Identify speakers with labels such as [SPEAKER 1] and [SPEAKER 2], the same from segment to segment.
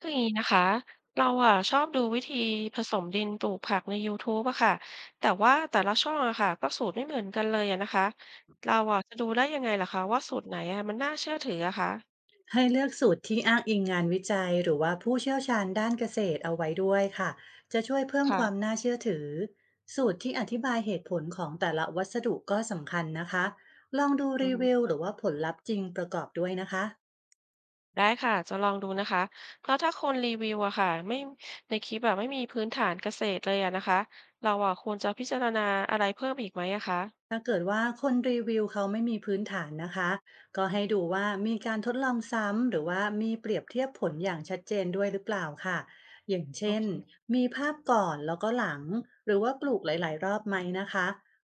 [SPEAKER 1] คืออย่างนี้นะคะเราอ่ะชอบดูวิธีผสมดินปลูกผักใน YouTube อะค่ะแต่ว่าแต่ละช่องอะค่ะก็สูตรไม่เหมือนกันเลยอะนะคะเราอะจะดูได้ยังไงล่ะคะว่าสูตรไหนอะมันน่าเชื่อถืออะคะ
[SPEAKER 2] ให้เลือกสูตรที่อ้างอิงงานวิจัยหรือว่าผู้เชี่ยวชาญด้านเกษตรเอาไว้ด้วยค่ะจะช่วยเพิ่มค
[SPEAKER 1] ค่ะ
[SPEAKER 2] วามน่าเชื่อถือสูตรที่อธิบายเหตุผลของแต่ละวัสดุก็สำคัญนะคะลองดู
[SPEAKER 1] อือ
[SPEAKER 2] รี
[SPEAKER 1] ฮึ
[SPEAKER 2] วิวหรือว่าผลลัพธ์จริงประกอบด้วยนะคะ
[SPEAKER 1] ได้ค่ะจะลองดูนะคะแล้วถ้าคนรีวิวอะค่ะไม่ในคลิปแบบไม่มีพื้นฐานเกษตรเลยอะนะคะเราอะควรจะพิจารณาอะไรเพิ่มอีกไหมอะคะ
[SPEAKER 2] ถ้าเกิดว่าคนรีวิวเขาไม่มีพื้นฐานนะคะก็ให้ดูว่ามีการทดลองซ้ำหรือว่ามีเปรียบเทียบผลอย่างชัดเจนด้วยหรือเปล่าค่ะอย่าง
[SPEAKER 1] โอ
[SPEAKER 2] เช่น
[SPEAKER 1] เค
[SPEAKER 2] มีภาพก่อนแล้วก็หลังหรือว่าปลูกหลายๆรอบไหมนะคะ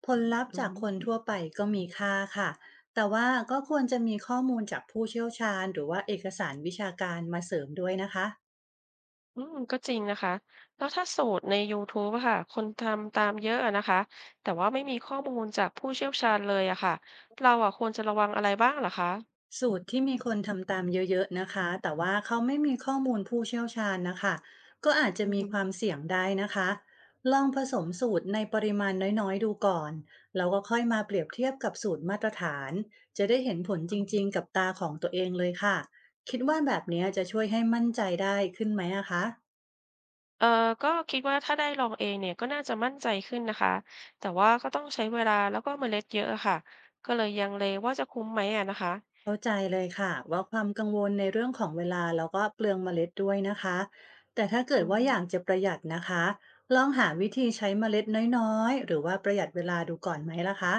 [SPEAKER 2] ผลลัพธ์
[SPEAKER 1] อือ
[SPEAKER 2] จาก
[SPEAKER 1] ฮึ
[SPEAKER 2] คนทั่วไปก็มีค่าค่ะแต่ว่าก็ควรจะมีข้อมูลจากผู้เชี่ยวชาญหรือว่าเอกสารวิชาการมาเสริมด้วยนะคะ
[SPEAKER 1] อืมก็จริงนะคะแล้วถ้าสูตรในยูทูบอะค่ะคนทำตามเยอะอะนะคะแต่ว่าไม่มีข้อมูลจากผู้เชี่ยวชาญเลยอะค่ะเราอะควรจะระวังอะไรบ้างเหรอคะ
[SPEAKER 2] สูตรที่มีคนทำตามเยอะๆนะคะแต่ว่าเขาไม่มีข้อมูลผู้เชี่ยวชาญนะคะก็อาจจะ
[SPEAKER 1] อือ
[SPEAKER 2] มี
[SPEAKER 1] ฮึ
[SPEAKER 2] ความเสี่ยงได้นะคะลองผสมสูตรในปริมาณน้อยๆดูก่อนแล้วก็ค่อยมาเปรียบเทียบกับสูตรมาตรฐานจะได้เห็นผลจริงๆกับตาของตัวเองเลยค่ะคิดว่าแบบเนี้ยจะช่วยให้มั่นใจได้ขึ้นไหมอะคะ
[SPEAKER 1] เออก็คิดว่าถ้าได้ลองเองเนี่ยก็น่าจะมั่นใจขึ้นนะคะแต่ว่าก็ต้องใช้เวลาแล้วก็เมล็ดเยอะอะค่ะก็เลยยังเลว่าจะคุ้มไหมอะนะคะ
[SPEAKER 2] เข้าใจเลยค่ะว่าความกังวลในเรื่องของเวลาแล้วก็เปลืองเมล็ดด้วยนะคะแต่ถ้าเกิ
[SPEAKER 1] อื
[SPEAKER 2] ดว่าอยาก
[SPEAKER 1] ม
[SPEAKER 2] จะประหยัดนะคะลองหาวิธีใช้เมล็ดน้อยๆหรือว่าประหยัดเวลาดูก่อนไหมล่ะคะ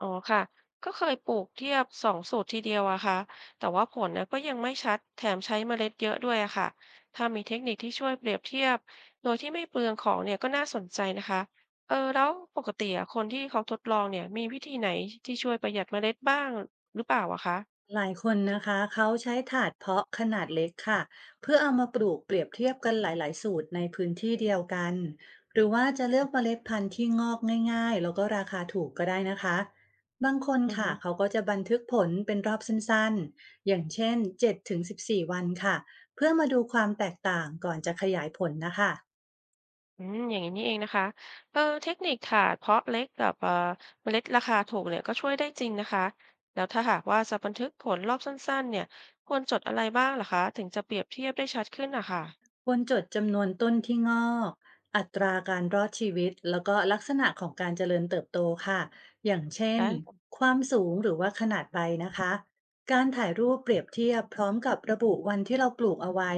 [SPEAKER 1] อ๋อค่ะก็เคยปลูกเทียบสองสูตรทีเดียวอะค่ะแต่ว่าผลนะก็ยังไม่ชัด แถมใช้เมล็ดเยอะด้วยอะค่ะถ้ามีเทคนิคที่ช่วยเปรียบเทียบโดยที่ไม่เปลืองของเนี่ยก็น่าสนใจนะคะเออแล้วปกติอะคนที่เขาทดลองเนี่ยมีวิธีไหนที่ช่วยประหยัดเมล็ดบ้างหรือเปล่าอะคะ
[SPEAKER 2] หลายคนนะคะเขาใช้ถาดเพาะขนาดเล็กค่ะเพื่อเอามาปลูกเปรียบเทียบกันหลายๆสูตรในพื้นที่เดียวกันหรือว่าจะเลือกเมล็ดพันธุ์ที่งอกง่ายๆแล้วก็ราคาถูกก็ได้นะคะบางคน
[SPEAKER 1] อือ
[SPEAKER 2] ค่ะ
[SPEAKER 1] ฮึ
[SPEAKER 2] เขาก็จะบันทึกผลเป็นรอบสั้นๆอย่างเช่น7-14วันค่ะเพื่อมาดูความแตกต่างก่อนจะขยายผลนะคะ
[SPEAKER 1] อืมอย่างนี้นี่เองนะคะเออเทคนิคถาดเพาะเล็กกับเมล็ดราคาถูกเนี่ยก็ช่วยได้จริงนะคะ แล้วถ้าหากว่าจะบันทึกผลรอบสั้นๆเนี่ยควรจดอะไรบ้างล่ะคะถึงจะเปรียบเทียบได้ชัดขึ้นอะค่ะ
[SPEAKER 2] ควรจดจำนวนต้นที่งอก อัตราการรอดชีวิต แล้วก็ลักษณะของการเจริญเติบโตค่ะ อย่างเช่น
[SPEAKER 1] ได้
[SPEAKER 2] ความสูงหรือว่าขนาดใบนะคะ การถ่ายรูปเปรียบเทียบพร้อมกับระบุวันที่เราปลูกเอาไว้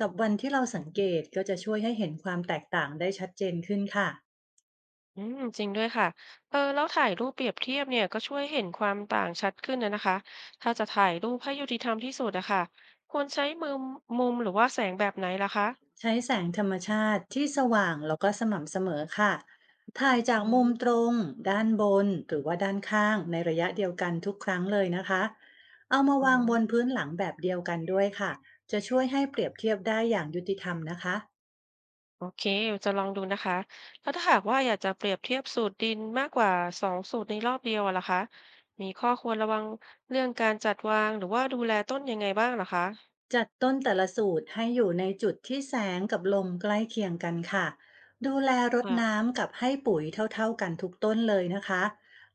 [SPEAKER 2] กับวันที่เราสังเกตก็จะช่วยให้เห็นความแตกต่างได้ชัดเจนขึ้นค่ะ
[SPEAKER 1] อืมจริงด้วยค่ะเออแล้วถ่ายรูปเปรียบเทียบเนี่ยก็ช่วยเห็นความต่างชัดขึ้นนะนะคะถ้าจะถ่ายรูปให้ยุติธรรมที่สุดอะค่ะควรใช้มุมหรือว่าแสงแบบไหนล่ะคะ
[SPEAKER 2] ใช้แสงธรรมชาติที่สว่างแล้วก็สม่ำเสมอค่ะถ่ายจาก
[SPEAKER 1] อื
[SPEAKER 2] มุมตร
[SPEAKER 1] ม
[SPEAKER 2] งด้านบนหรือว่าด้านข้างในระยะเดียวกันทุกครั้งเลยนะคะเอามา
[SPEAKER 1] อ๋อ
[SPEAKER 2] วางบนพื้นหลังแบบเดียวกันด้วยค่ะจะช่วยให้เปรียบเทียบได้อย่างยุติธรรมนะคะ
[SPEAKER 1] โอเค จะลองดูนะคะแล้วถ้าหากว่าอยากจะเปรียบเทียบสูตรดินมากกว่าสองสูตรในรอบเดียวอะล่ะคะมีข้อควรระวังเรื่องการจัดวางหรือว่าดูแลต้นยังไงบ้างเหรอคะ
[SPEAKER 2] จัดต้นแต่ละสูตรให้อยู่ในจุดที่แสงกับลมใกล้เคียงกันค่ะดูแลรด
[SPEAKER 1] ค่ะ
[SPEAKER 2] น้ำกับให้ปุ๋ยเท่าๆกันทุกต้นเลยนะคะ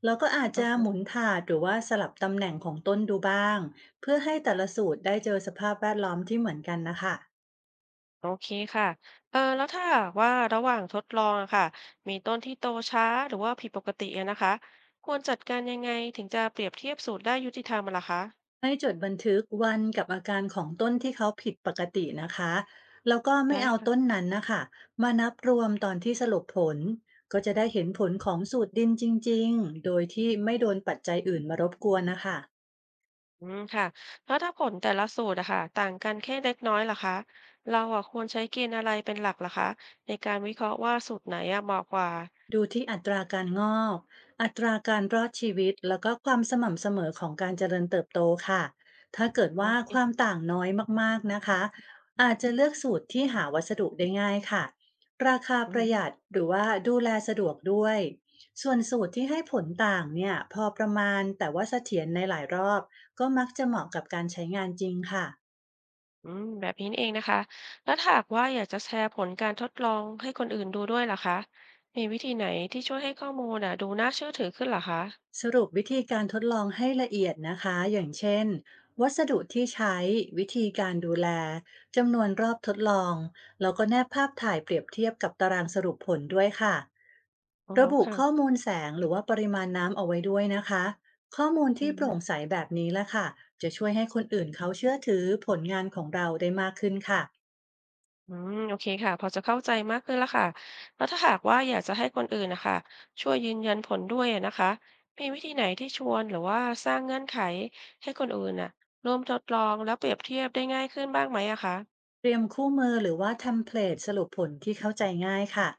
[SPEAKER 2] แล้วก็อาจ
[SPEAKER 1] อือ
[SPEAKER 2] จะ
[SPEAKER 1] ฮึ
[SPEAKER 2] หมุนถาดหรือว่าสลับตำแหน่งของต้นดูบ้างเพื่อให้แต่ละสูตรได้เจอสภาพแวดล้อมที่เหมือนกันนะคะ
[SPEAKER 1] โอเคค่ะเออแล้วถ้าหากว่าระหว่างทดลองอะค่ะมีต้นที่โตช้าหรือว่าผิดปกติอะนะคะ ควรจัดการยังไงถึงจะเปรียบเทียบสูตรได้ยุติธรรมอะล่ะคะ
[SPEAKER 2] ให้จดบันทึกวันกับอาการของต้นที่เขาผิดปกตินะคะแล้วก็ไม่
[SPEAKER 1] ได้
[SPEAKER 2] เอาต้นนั้นนะคะมานับรวมตอนที่สรุปผลก็จะได้เห็นผลของสูตรดินจริงๆโดยที่ไม่โดนปัจจัยอื่นมารบกวนนะคะ
[SPEAKER 1] อืมค่ะแล้วถ้าผลแต่ละสูตรอะค่ะต่างกันแค่เล็กน้อยล่ะคะเราอะควรใช้เกณฑ์อะไรเป็นหลักล่ะคะในการวิเคราะห์ว่าสูตรไหนอะเหมาะกว่า
[SPEAKER 2] ดูที่อัตราการงอก อัตราการรอดชีวิต แล้วก็ความสม่ำเสมอของการเจริญเติบโตค่ะถ้าเกิด
[SPEAKER 1] โอ
[SPEAKER 2] ว่าควา
[SPEAKER 1] เค
[SPEAKER 2] มต่างน้อยมากๆนะคะอาจจะเลือกสูตรที่หาวัสดุได้ง่ายค่ะราคา
[SPEAKER 1] อื
[SPEAKER 2] ประห
[SPEAKER 1] ม
[SPEAKER 2] ยัดหรือว่าดูแลสะดวกด้วย ส่วนสูตรที่ให้ผลต่างเนี่ยพอประมาณ แต่ว่าเสถียรในหลายรอบก็มักจะเหมาะกับการใช้งานจริงค่ะ
[SPEAKER 1] อืมแบบนี้นี่เองนะคะแล้วถ้าหากว่าอยากจะแชร์ผลการทดลองให้คนอื่นดูด้วยล่ะคะมีวิธีไหนที่ช่วยให้ข้อมูลอะดูน่าเชื่อถือขึ้นเหรอคะ
[SPEAKER 2] สรุปวิธีการทดลองให้ละเอียดนะคะอย่างเช่นวัสดุที่ใช้วิธีการดูแลจำนวนรอบทดลองแล้วก็แนบภาพถ่ายเปรียบเทียบกับตารางสรุปผลด้วยค่ะ
[SPEAKER 1] อ๋อ
[SPEAKER 2] ระบุ
[SPEAKER 1] ค่ะ
[SPEAKER 2] ข้อมูลแสงหรือว่าปริมาณน้ำเอาไว้ด้วยนะคะข้อมูล
[SPEAKER 1] อื
[SPEAKER 2] ที่โปร่งใส
[SPEAKER 1] ม
[SPEAKER 2] แบบนี้แหละค่ะจะช่วยให้คนอื่นเขาเชื่อถือผลงานของเราได้มากขึ้นค่ะ
[SPEAKER 1] อืมโอเคค่ะพอจะเข้าใจมากขึ้นแล้วค่ะแล้วถ้าหากว่าอยากจะให้คนอื่นนะคะช่วยยืนยันผลด้วยอะนะคะมีวิธีไหนที่ชวนหรือว่าสร้างเงื่อนไขให้คนอื่นน่ะร่วมทดลองแล้วเปรียบเทียบได้ง่ายขึ้นบ้างไหมอะคะ
[SPEAKER 2] เตรียมคู่มือหรือว่าเทมเพลตสรุปผลที่เข้าใจง่ายค่ะ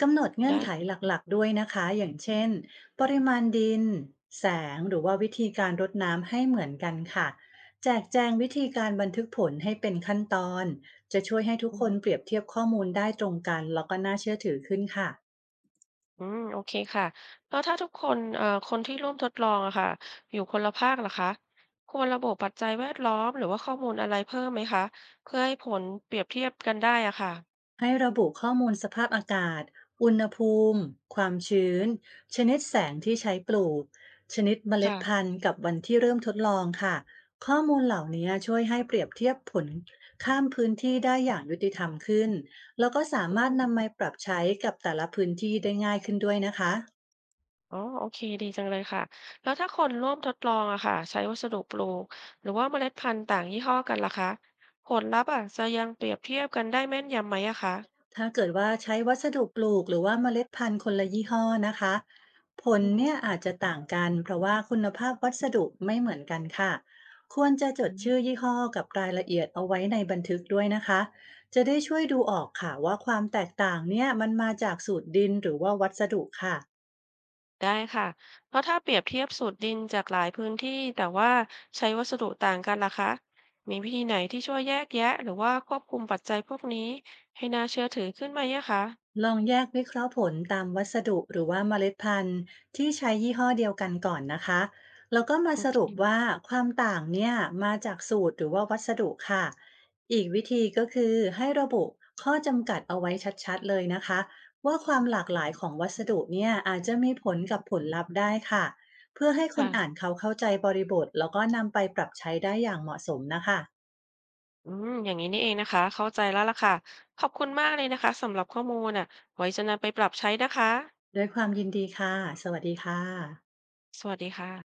[SPEAKER 2] กำหนดเงื่อน
[SPEAKER 1] ได้
[SPEAKER 2] ไขหลักๆด้วยนะคะอย่างเช่นปริมาณดินแสงหรือว่าวิธีการรดน้ำให้เหมือนกันค่ะแจกแจงวิธีการบันทึกผลให้เป็นขั้นตอนจะช่วยให้ทุก
[SPEAKER 1] อือ
[SPEAKER 2] คนเป
[SPEAKER 1] ฮึ
[SPEAKER 2] รียบเทียบข้อมูลได้ตรงกันแล้วก็น่าเชื่อถือขึ้นค่ะ
[SPEAKER 1] อืมโอเคค่ะแล้วถ้าทุกคนคนที่ร่วมทดลองอะค่ะอยู่คนละภาคล่ะคะควรระบุปัจจัยแวดล้อมหรือว่าข้อมูลอะไรเพิ่มไหมคะเพื่อให้ผลเปรียบเทียบกันได้อะค่ะ
[SPEAKER 2] ให้ระบุข้อมูลสภาพอากาศ อุณหภูมิ ความชื้น ชนิดแสงที่ใช้ปลูก ชนิดเมล็ดพั
[SPEAKER 1] ค่ะ
[SPEAKER 2] นธุ์กับวันที่เริ่มทดลองค่ะข้อมูลเหล่านี้ช่วยให้เปรียบเทียบผลข้ามพื้นที่ได้อย่างยุติธรรมขึ้นแล้วก็สา
[SPEAKER 1] อื
[SPEAKER 2] มารถ
[SPEAKER 1] ม
[SPEAKER 2] นำมาปรับใช้กับแต่ละพื้นที่ได้ง่ายขึ้นด้วยนะคะ
[SPEAKER 1] อ๋อโอเคดีจังเลยค่ะแล้วถ้าคนร่วมทดลองอะค่ะใช้วัสดุปลูกหรือว่าเมล็ดพันธุ์ต่างยี่ห้อกันล่ะคะผลลัพธ์อะจะยังเปรียบเทียบกันได้แม่นยำไหมอะคะ
[SPEAKER 2] ถ้าเกิดว่าใช้วัสดุปลูกหรือว่าเมล็ดพันธุ์คนละยี่ห้อนะคะผล
[SPEAKER 1] อือฮึ
[SPEAKER 2] เนี่ยอาจจะต่างกันเพราะว่าคุณภาพวัสดุไม่เหมือนกันค่ะควรจะจ
[SPEAKER 1] อื
[SPEAKER 2] ด
[SPEAKER 1] ม
[SPEAKER 2] ชื่อยี่ห้อกับรายละเอียดเอาไว้ในบันทึกด้วยนะคะจะได้ช่วยดูออกค่ะว่าความแตกต่างเนี่ยมันมาจากสูตรดินหรือว่าวัสดุค่ะ
[SPEAKER 1] ได้ค่ะเพราะถ้าเปรียบเทียบสูตรดินจากหลายพื้นที่แต่ว่าใช้วัสดุต่างกันล่ะคะมีวิธีไหนที่ช่วยแยกแยะหรือว่าควบคุมปัจจัยพวกนี้ให้น่าเชื่อถือขึ้นไหมอะคะ
[SPEAKER 2] ลองแยกวิเคราะห์ผลตามวัสดุหรือว่าเมล็ดพันธุ์ที่ใช้ยี่ห้อเดียวกันก่อนนะคะแล้วก็มา
[SPEAKER 1] โอ
[SPEAKER 2] ส
[SPEAKER 1] เค
[SPEAKER 2] รุปว่าความต่างเนี่ยมาจากสูตรหรือว่าวัสดุค่ะอีกวิธีก็คือให้ระบุข้อจำกัดเอาไว้ชัดๆเลยนะคะว่าความหลากหลายของวัสดุเนี่ยอาจจะมีผลกับผลลัพธ์ได้ค่ะเพื่อให้คนอ่า
[SPEAKER 1] ค่ะ
[SPEAKER 2] นเขาเข้าใจบริบทแล้วก็นำไปปรับใช้ได้อย่างเหมาะสมนะคะ
[SPEAKER 1] อืมอย่างนี้นี่เองนะคะเข้าใจแล้วล่ะค่ะขอบคุณมากเลยนะคะสำหรับข้อมูลอ่ะไว้จะนำไปปรับใช้นะคะ
[SPEAKER 2] ด้วยความยินดีค่ะสวัสดีค่ะ
[SPEAKER 1] สวัสดีค่ะ